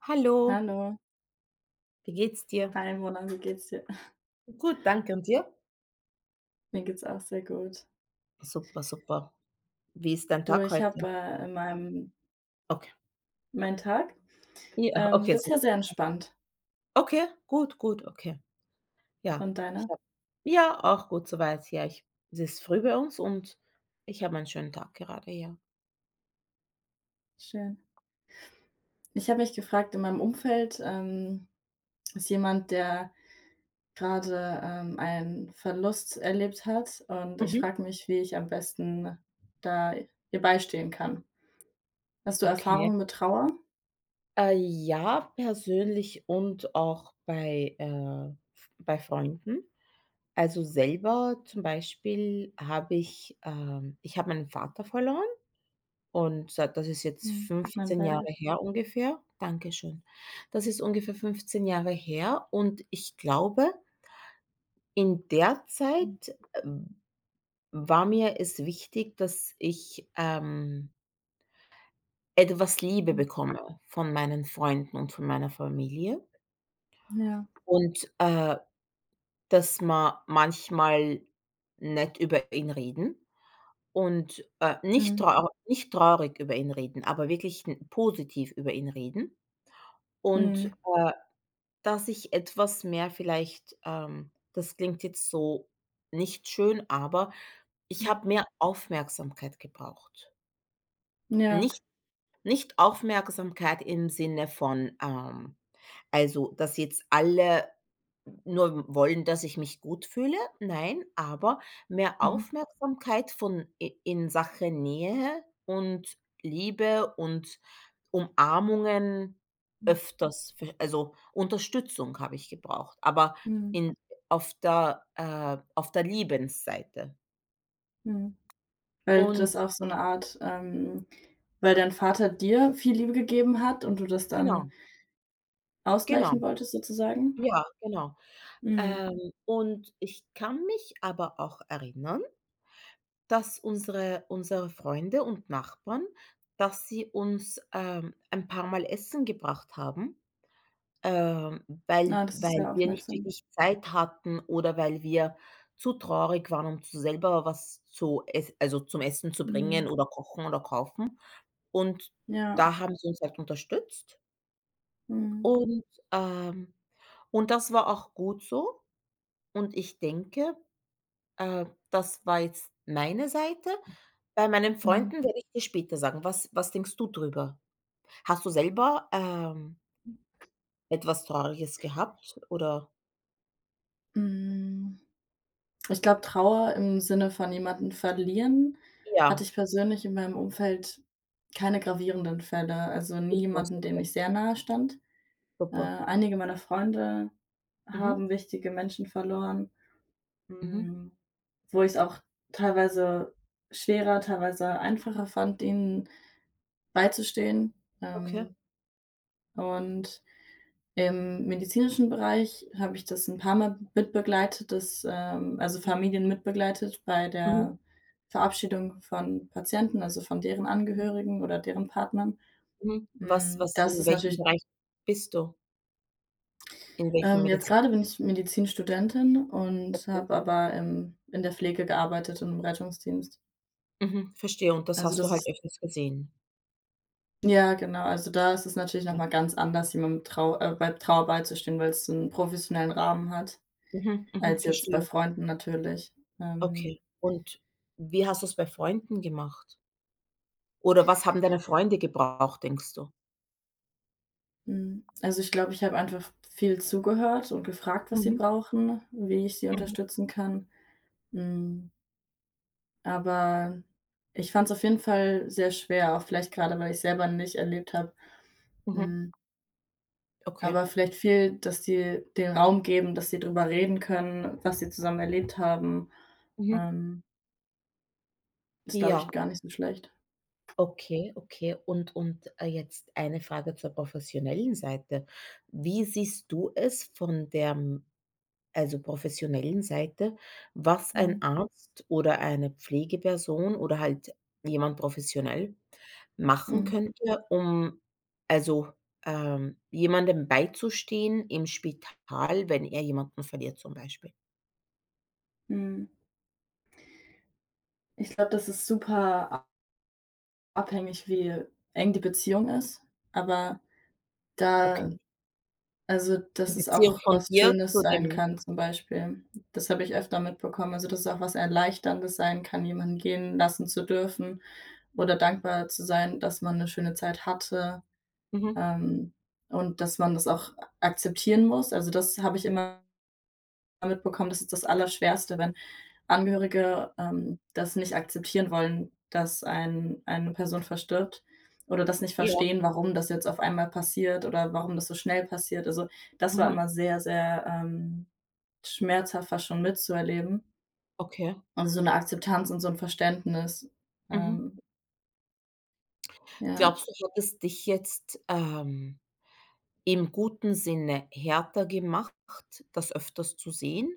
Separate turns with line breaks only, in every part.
Hallo,
Hallo.
wie geht's dir?
Hi Mona, wie geht's dir?
Gut, danke. Und dir?
Mir geht's auch sehr gut.
Super, super. Wie ist dein
Du,
Tag
ich
heute?
habe, in meinem
Okay.
meinen Tag,
Ja. Okay,
bisher
super.
sehr entspannt.
Okay, gut, gut, okay. Ja,
Und
ich
deiner?
habe ja, auch gut soweit. Ja, ich es ist früh bei uns und ich habe einen schönen Tag gerade, ja.
Schön. Ich habe mich gefragt, in meinem Umfeld, ist jemand, der gerade einen Verlust erlebt hat und ich
Mhm.
frage mich, wie ich am besten da ihr beistehen kann. Hast du
Okay.
Erfahrungen mit Trauer?
Ja, persönlich und auch bei, f bei Freunden. Also selber zum Beispiel habe ich habe meinen Vater verloren. Und seit das ist jetzt
Mhm. Mein
15 Jahre
Beileid.
her ungefähr. Dankeschön. Das ist ungefähr 15 Jahre her und ich glaube, in der
Mhm,
Zeit, ähm, war mir es wichtig, dass ich etwas Liebe
mhm.
bekomme von meinen Freunden und von meiner Familie
Ja.
und, dass man manchmal nett über ihn reden und,
Mhm.
nicht traurig über ihn reden, aber wirklich n positiv über ihn reden und,
Mhm.
äh dass ich etwas mehr vielleicht das klingt jetzt so nicht schön, aber ich
Mhm.
habe mehr Aufmerksamkeit gebraucht.
Ja.
Nicht nicht Aufmerksamkeit im Sinne von, also, dass jetzt alle nur wollen, dass ich mich gut fühle, nein, aber mehr
Mhm.
Aufmerksamkeit von i in Sache Nähe und Liebe und Umarmungen
Mhm.
öfters, v also, Unterstützung habe ich gebraucht, aber
Mhm.
in auf der Liebensseite.
Mhm. Weil
Und
das auch so eine Art weil dein Vater dir viel Liebe gegeben hat und du das dann
genau,
ausgleichen
genau,
wolltest sozusagen?
ja, genau.
Mhm.
Und ich kann mich aber auch erinnern, dass unsere Freunde und Nachbarn, dass sie uns, ein paar Mal Essen gebracht haben, weil
Ah, das ist
weil
sehr
wir nicht
aufmerksam.
wirklich Zeit hatten oder weil wir zu traurig waren, um zu selber was zu ess also zum Essen zu bringen
Mhm.
oder kochen oder kaufen. Und
Ja.
da haben sie uns halt unterstützt
Mhm.
und, ähm und das war auch gut so. Und ich denke, das war jetzt meine Seite. Bei meinen
Mhm.
Freunden werde ich dir später sagen. Was denkst du drüber? Hast du selber, etwas Trauriges gehabt oder
Hm, ich glaube, Trauer im Sinne von jemanden verlieren
ja,
hatte ich persönlich in meinem Umfeld keine gravierenden Fälle, also nie
super,
jemanden, dem
super,
ich sehr nahe stand. Äh,
super.
einige meiner Freunde
Mhm,
haben wichtige Menschen verloren,
mhm.
Hm. wo ich es auch teilweise schwerer, teilweise einfacher fand, ihnen beizustehen.
Okay,
Ähm, und im medizinischen Bereich habe ich das ein paar Mal mitbegleitet, dass, also
okay.
Familien mitbegleitet bei
Mhm,
der Verabschiedung von Patienten, also von deren
mhm,
Angehörigen oder deren Partnern.
mhm. Was
Mm,
was
Das
in
ist
welchem
natürlich,
Bereich bist du? In welchem
jetzt
Medizin?
gerade bin ich Medizinstudentin und
Okay.
habe aber in der Pflege gearbeitet und im Rettungsdienst.
Mhm, verstehe und das
Also
hast du
das
halt
ist
öfters gesehen.
Ja, genau. Also, da ist es natürlich noch
Ja.
mal ganz anders, jemandem Trau bei Trauer beizustehen, weil weil's 'n professionellen Rahmen hat,
Mhm, mhm,
als jetzt bei
verstehe.
Freunden natürlich. Ähm,
Okay. Und wie hast du es bei Freunden gemacht? Oder was haben deine Freunde gebraucht, denkst du?
mhm, also, ich glaube, ich habe einfach viel zugehört und gefragt, was sie
Mhm,
brauchen, wie ich sie
mhm,
unterstützen kann. Hm, aber ich fand's auf jeden Fall sehr schwer, auch vielleicht grade, weil ich's selber nicht erlebt habe.
mhm.
Hm,
Okay.
aber vielleicht viel, dass die den Raum geben, dass sie drüber reden können, was sie zusammen erlebt haben.
Mhm.
Ähm Ist, glaube
Ja,
ich, gar nicht so schlecht.
okay, okay. Und, jetzt eine Frage zur professionellen Seite. Wie siehst du es von der, also professionellen Seite, was
Mhm.
ein Arzt oder eine Pflegeperson oder halt jemand professionell machen
Mhm.
könnte, um also, jemandem beizustehen im Spital, wenn er jemanden verliert zum Beispiel?
Mhm. Ich glaube, das ist super abhängig, wie eng die Beziehung ist. Aber da
Okay.
also,
Die
dass es
Beziehung
auch
von
was
dir zu
Schönes sein
dem
kann zum Beispiel. Das habe ich öfter mitbekommen. Also, dass es auch was Erleichterndes sein kann, jemanden gehen lassen zu dürfen oder dankbar zu sein, dass man eine schöne Zeit hatte,
mhm,
ähm, und dass man das auch akzeptieren muss. Also, das habe ich immer mitbekommen, das ist das Allerschwerste, wenn Angehörige, das nicht akzeptieren wollen, dass eine Person verstirbt oder das nicht
ja,
verstehen, warum das jetzt auf einmal passiert oder warum das so schnell passiert. Also, das war
mhm,
immer sehr, sehr, schmerzhaft fast schon mitzuerleben.
okay.
Und so eine Akzeptanz und so ein Verständnis.
Mhm.
Ähm, ja.
Glaubst du, hat es dich jetzt, im guten Sinne härter gemacht, das öfters zu sehen?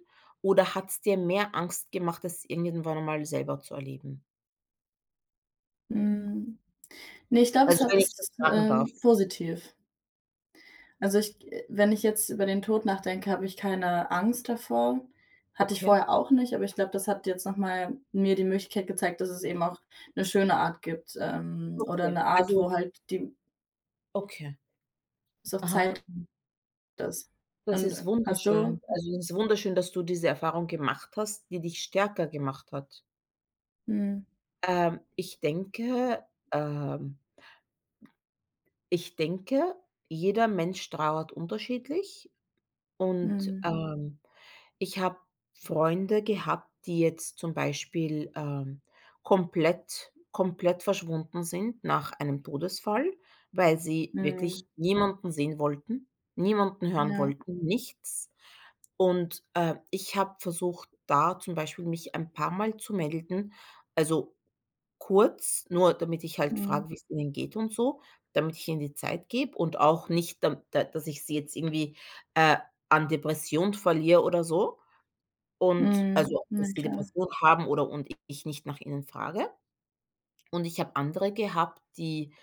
Oder hat's dir mehr Angst gemacht, es irgendwann einmal selber zu erleben?
Hm, ne, ich glaube, es
Also,
hat
wenn ich das
ist,
fragen darf.
positiv. Also, ich wenn ich jetzt über den Tod nachdenke, habe ich keine Angst davor. Hatte ich
Okay,
vorher auch nicht, aber ich glaube, das hat jetzt nochmal mir die Möglichkeit gezeigt, dass es eben auch eine schöne Art gibt, oder
okay.
eine Art,
Also
wo halt die
okay.
es auch
Aha.
Zeit ist.
Das
Und
ist
hast
wunderschön.
du
Also, es ist wunderschön, dass du diese Erfahrung gemacht hast, die dich stärker gemacht hat.
mhm,
Ich denke, ähm ich denke, jeder Mensch trauert unterschiedlich und,
mhm,
Mhm. Ich habe Freunde gehabt, die jetzt zum Beispiel, komplett verschwunden sind nach einem Todesfall, weil sie wirklich
mhm,
niemanden sehen wollten, niemanden hören
ja,
wollten, nichts. Und, ich habe versucht, da zum Beispiel mich ein paar Mal zu melden. Also Kurz, nur damit ich halt
mhm,
frage, wie es ihnen geht und so, damit ich ihnen die Zeit gebe und auch nicht, dam da dass ich sie jetzt irgendwie, äh, an Depression verliere oder so und
mhm,
also,
na
dass sie
klar.
Depression haben oder und ich nicht nach ihnen frage. Und ich habe andere gehabt, die,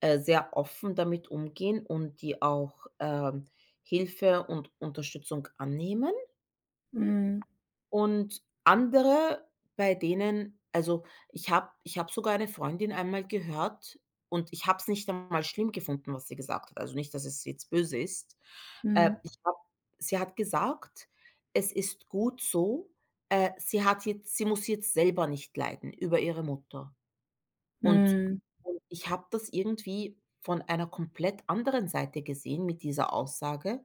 sehr offen damit umgehen und die auch, Hilfe und Unterstützung annehmen.
Mhm,
Und andere, bei denen also, ich habe sogar eine Freundin einmal gehört und ich habe es nicht einmal schlimm gefunden, was sie gesagt hat. Also, nicht, dass es jetzt böse ist.
mhm,
Ich habe sie hat gesagt: „Es ist gut so, sie muss jetzt selber nicht leiden über ihre Mutter.“ Und
mhm,
und ich habe das irgendwie von einer komplett anderen Seite gesehen mit dieser Aussage,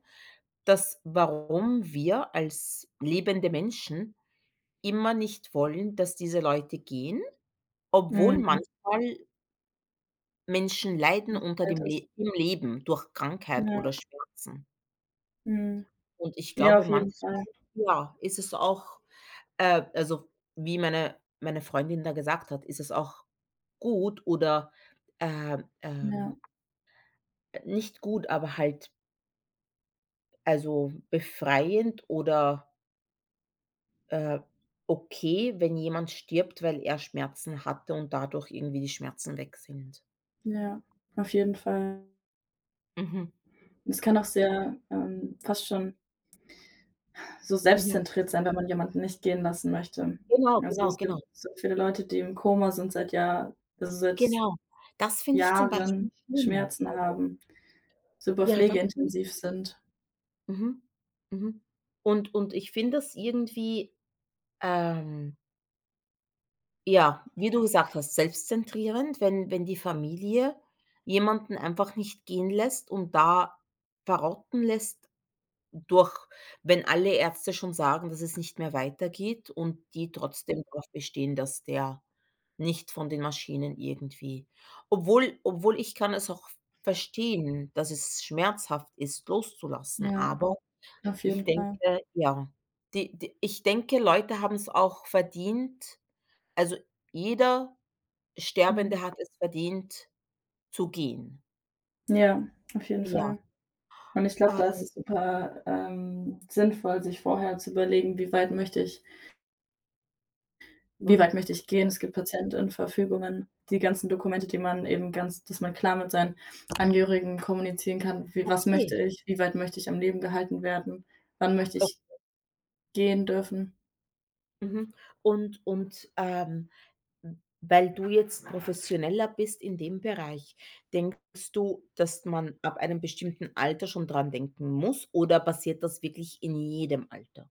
dass warum wir als lebende Menschen immer nicht wollen, dass diese Leute gehen, obwohl
mhm,
manchmal Menschen leiden
dass
unter
Zeit
dem
ist.
Le im Leben durch Krankheit
Ja,
oder Schmerzen.
mhm.
Und ich
Ja,
glaube,
auf jeden
manchmal,
Fall.
ja, ist es auch also, wie meine Freundin da gesagt hat, ist es auch gut oder, äh,
Ja,
ähm, nicht gut, aber halt, also, befreiend oder, äh, okay, wenn jemand stirbt, weil er Schmerzen hatte und dadurch irgendwie die Schmerzen weg sind.
ja, auf jeden Fall.
Mhm.
Es kann auch sehr, fast schon so
Mhm.
selbstzentriert sein, wenn man jemanden nicht gehen lassen möchte.
Genau,
Also,
genau,
es gibt
genau,
so viele Leute, die im Koma sind seit
genau. Das finde ich zum
Jahren,
Beispiel schlimm.
Schmerzen haben, super
Ja, das finde
pflegeintensiv sind.
Mhm, mhm. Und ich finde das irgendwie, ähm, ja, wie du gesagt hast, selbstzentrierend, wenn die Familie jemanden einfach nicht gehen lässt und da verrotten lässt Durch wenn alle Ärzte schon sagen, dass es nicht mehr weitergeht und die trotzdem darauf bestehen, dass der nicht von den Maschinen irgendwie obwohl ich kann es auch verstehen, dass es schmerzhaft ist, loszulassen,
Ja,
aber
auf
ich
jeden
denke
Fall.
ja, die die ich denke, Leute haben es auch verdient also, jeder
Mhm.
Sterbende hat es verdient, zu gehen.
Ja, auf jeden
Ja.
Fall. Und ich glaube,
Ah,
da ist es super, sinnvoll, sich vorher zu überlegen: „Wie weit möchte ich Wie weit
mhm.
möchte ich gehen? Es gibt Patientenverfügungen, die ganzen Dokumente, die man eben ganz dass man klar mit seinen Angehörigen kommunizieren kann. Wie was möchte
Okay.
ich? Wie weit möchte ich am Leben gehalten werden? Wann möchte
Oh,
ich gehen dürfen?
mhm. Und, Hm, weil du jetzt professioneller bist in dem Bereich, denkst du, dass man ab einem bestimmten Alter schon dran denken muss oder passiert das wirklich in jedem Alter?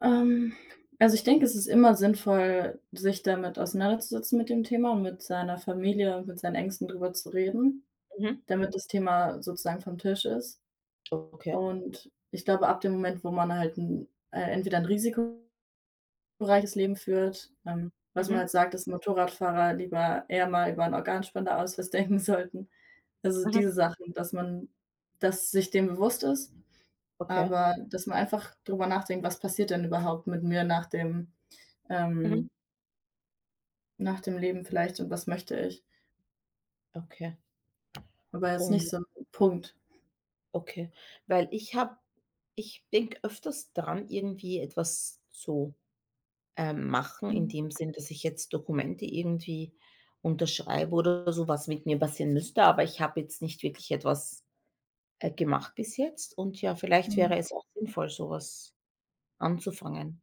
Ähm, also, ich denke, es ist immer sinnvoll, sich damit auseinanderzusetzen mit dem Thema und mit seiner Familie und mit seinen Ängsten drüber zu reden,
Mhm.
damit das Thema sozusagen vom Tisch ist.
Okay.
Und ich glaube, ab dem Moment, wo man halt 'n entweder ein Risiko reiches Leben führt. Was man
Mhm.
halt sagt, dass Motorradfahrer lieber eher mal über einen Organspendeausweis denken sollten. Also,
Mhm.
diese Sachen, dass sich dem bewusst ist,
Okay.
aber dass man einfach drüber nachdenkt: „Was passiert denn überhaupt mit mir
Mhm.
ähm, nach dem Leben vielleicht und was möchte ich?"
Okay.
Aber jetzt nicht
Und
so 'n Punkt.
okay. Weil ich habe ich denke öfters dran, irgendwie etwas zu, machen in
Mhm,
dem Sinn, dass ich jetzt Dokumente irgendwie unterschreibe oder so, was mit mir passieren müsste, aber ich habe jetzt nicht wirklich etwas gemacht bis jetzt und ja, vielleicht
mhm.
wäre es auch sinnvoll, sowas anzufangen.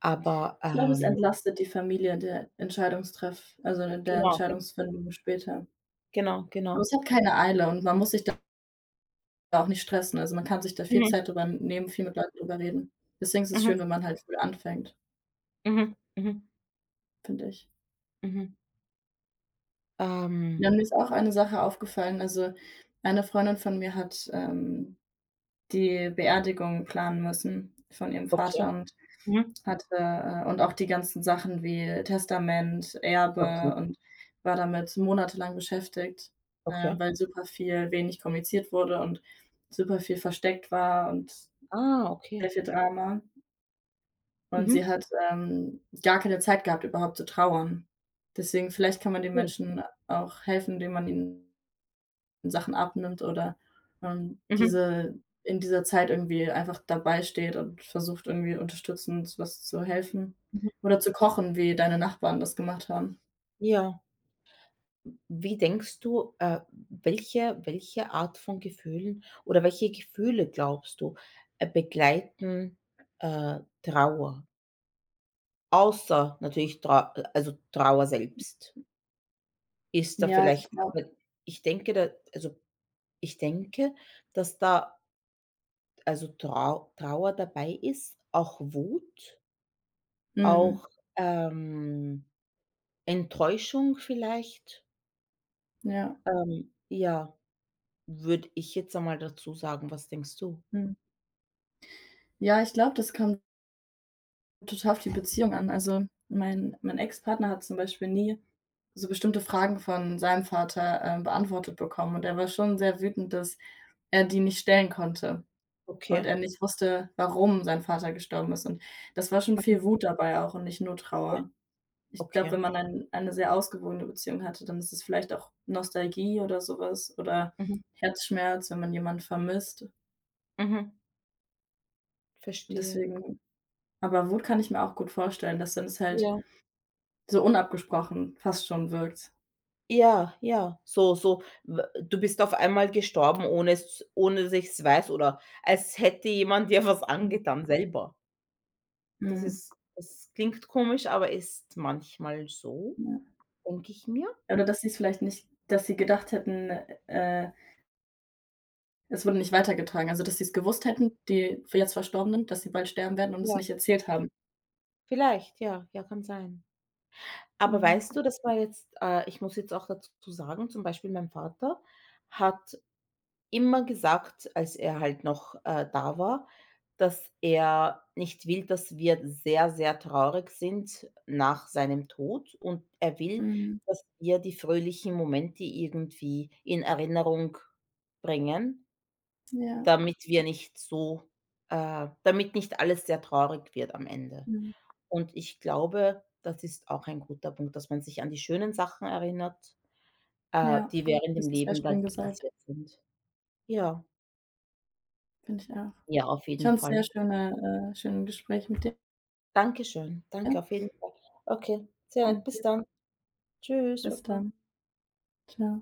Aber,
Ich glaube, es entlastet die Familie der
genau, ge
Entscheidungsfindung später.
genau,
Aber
genau.
es hat keine Eile und man muss sich da auch nicht stressen. Also, man kann sich da viel
Mhm,
Zeit drüber nehmen, viel mit Leuten drüber reden. Deswegen ist es
mhm,
schön, wenn man halt früh anfängt,
mhm, mhm,
finde ich.
mhm.
Ja,
Ähm,
mir ist auch eine Sache aufgefallen. Also, eine Freundin von mir hat, die Beerdigung planen müssen von ihrem
okay.
Vater und
Mhm.
hatte und auch die ganzen Sachen wie Testament,
Okay,
Erbe und war damit monatelang beschäftigt,
okay.
weil super viel wenig kommuniziert wurde und super viel versteckt war und
Ah,
sehr
okay.
viel Drama. Und sie
Mhm,
hat, gar keine Zeit gehabt, überhaupt zu trauern. Deswegen vielleicht kann man den
cool.
Menschen auch helfen, indem man ihnen Sachen abnimmt oder,
Mhm,
diese in dieser Zeit irgendwie einfach dabei steht und versucht, irgendwie unterstützend was zu helfen
mhm.
oder zu kochen, wie deine Nachbarn das gemacht haben.
Ja. Wie denkst du, äh, welche Art von Gefühlen oder welche Gefühle glaubst du, begleiten, Trauer? Außer natürlich Trau Also Trauer selbst. Ist da
Ja, also ich
vielleicht
glaube
weil Ich denke da also, ich denke, dass da also Trauer dabei ist, auch Wut,
mhm,
auch, ähm, Enttäuschung vielleicht.
ja,
Ja, würde ich jetzt einmal dazu sagen. Was denkst du?
mhm. Ja, ich glaube, das kommt total auf die Beziehung an. Also, mein Ex-Partner hat zum Beispiel nie so bestimmte Fragen von seinem Vater, beantwortet bekommen und er war schon sehr wütend, dass er die nicht stellen konnte und
Okay,
er nicht wusste, warum sein Vater gestorben ist und das war schon viel Wut dabei auch und nicht nur
okay,
Trauer. Ich glaube,
okay.
wenn man eine sehr ausgewogene Beziehung hatte, dann ist es vielleicht auch Nostalgie oder sowas oder
Mhm,
Herzschmerz, wenn man jemanden vermisst.
mhm,
Und
verstehe.
Deswegen Aber Wut kann ich mir auch gut vorstellen, dass dann es halt
Ja.
so unabgesprochen fast schon wirkt.
Ja, ja, so so, w du bist auf einmal gestorben, ohne dass ich's weiß oder als hätte jemand dir was
Mhm.
angetan selber.
Mhm.
Das klingt komisch, aber ist manchmal so,
Ja.
denke ich mir.
Oder dass sie es vielleicht nicht dass sie gedacht hätten, äh, es wurde nicht weitergetragen. Also, dass sie es gewusst hätten, die jetzt Verstorbenen, dass sie bald sterben werden und es
Ja,
nicht erzählt haben.
vielleicht, ja, ja, kann sein. Aber
Mhm.
weißt du, das war jetzt ich muss jetzt auch dazu sagen, zum Beispiel mein Vater hat immer gesagt, als er halt noch, da war, dass er nicht will, dass wir sehr, sehr traurig sind nach seinem Tod und er will,
Mhm.
dass wir die fröhlichen Momente irgendwie in Erinnerung bringen,
Ja.
damit wir nicht so damit nicht alles sehr traurig wird am Ende.
Mhm.
Und ich glaube, das ist auch ein guter Punkt, dass man sich an die schönen Sachen erinnert,
Ja.
die während dem
Das ist sehr
Leben
schön
dann
gesagt,
passiert sind. Ja,
finde ich auch.
ja, auf
Ich
jeden
fand's sehr
Fall.
schön Gespräch mit dir.
Dankeschön. Danke auf jeden Fall. Okay, sehr,
Danke
bis
dir.
dann. Tschüss,
Bis
Baba.
dann. Ciao.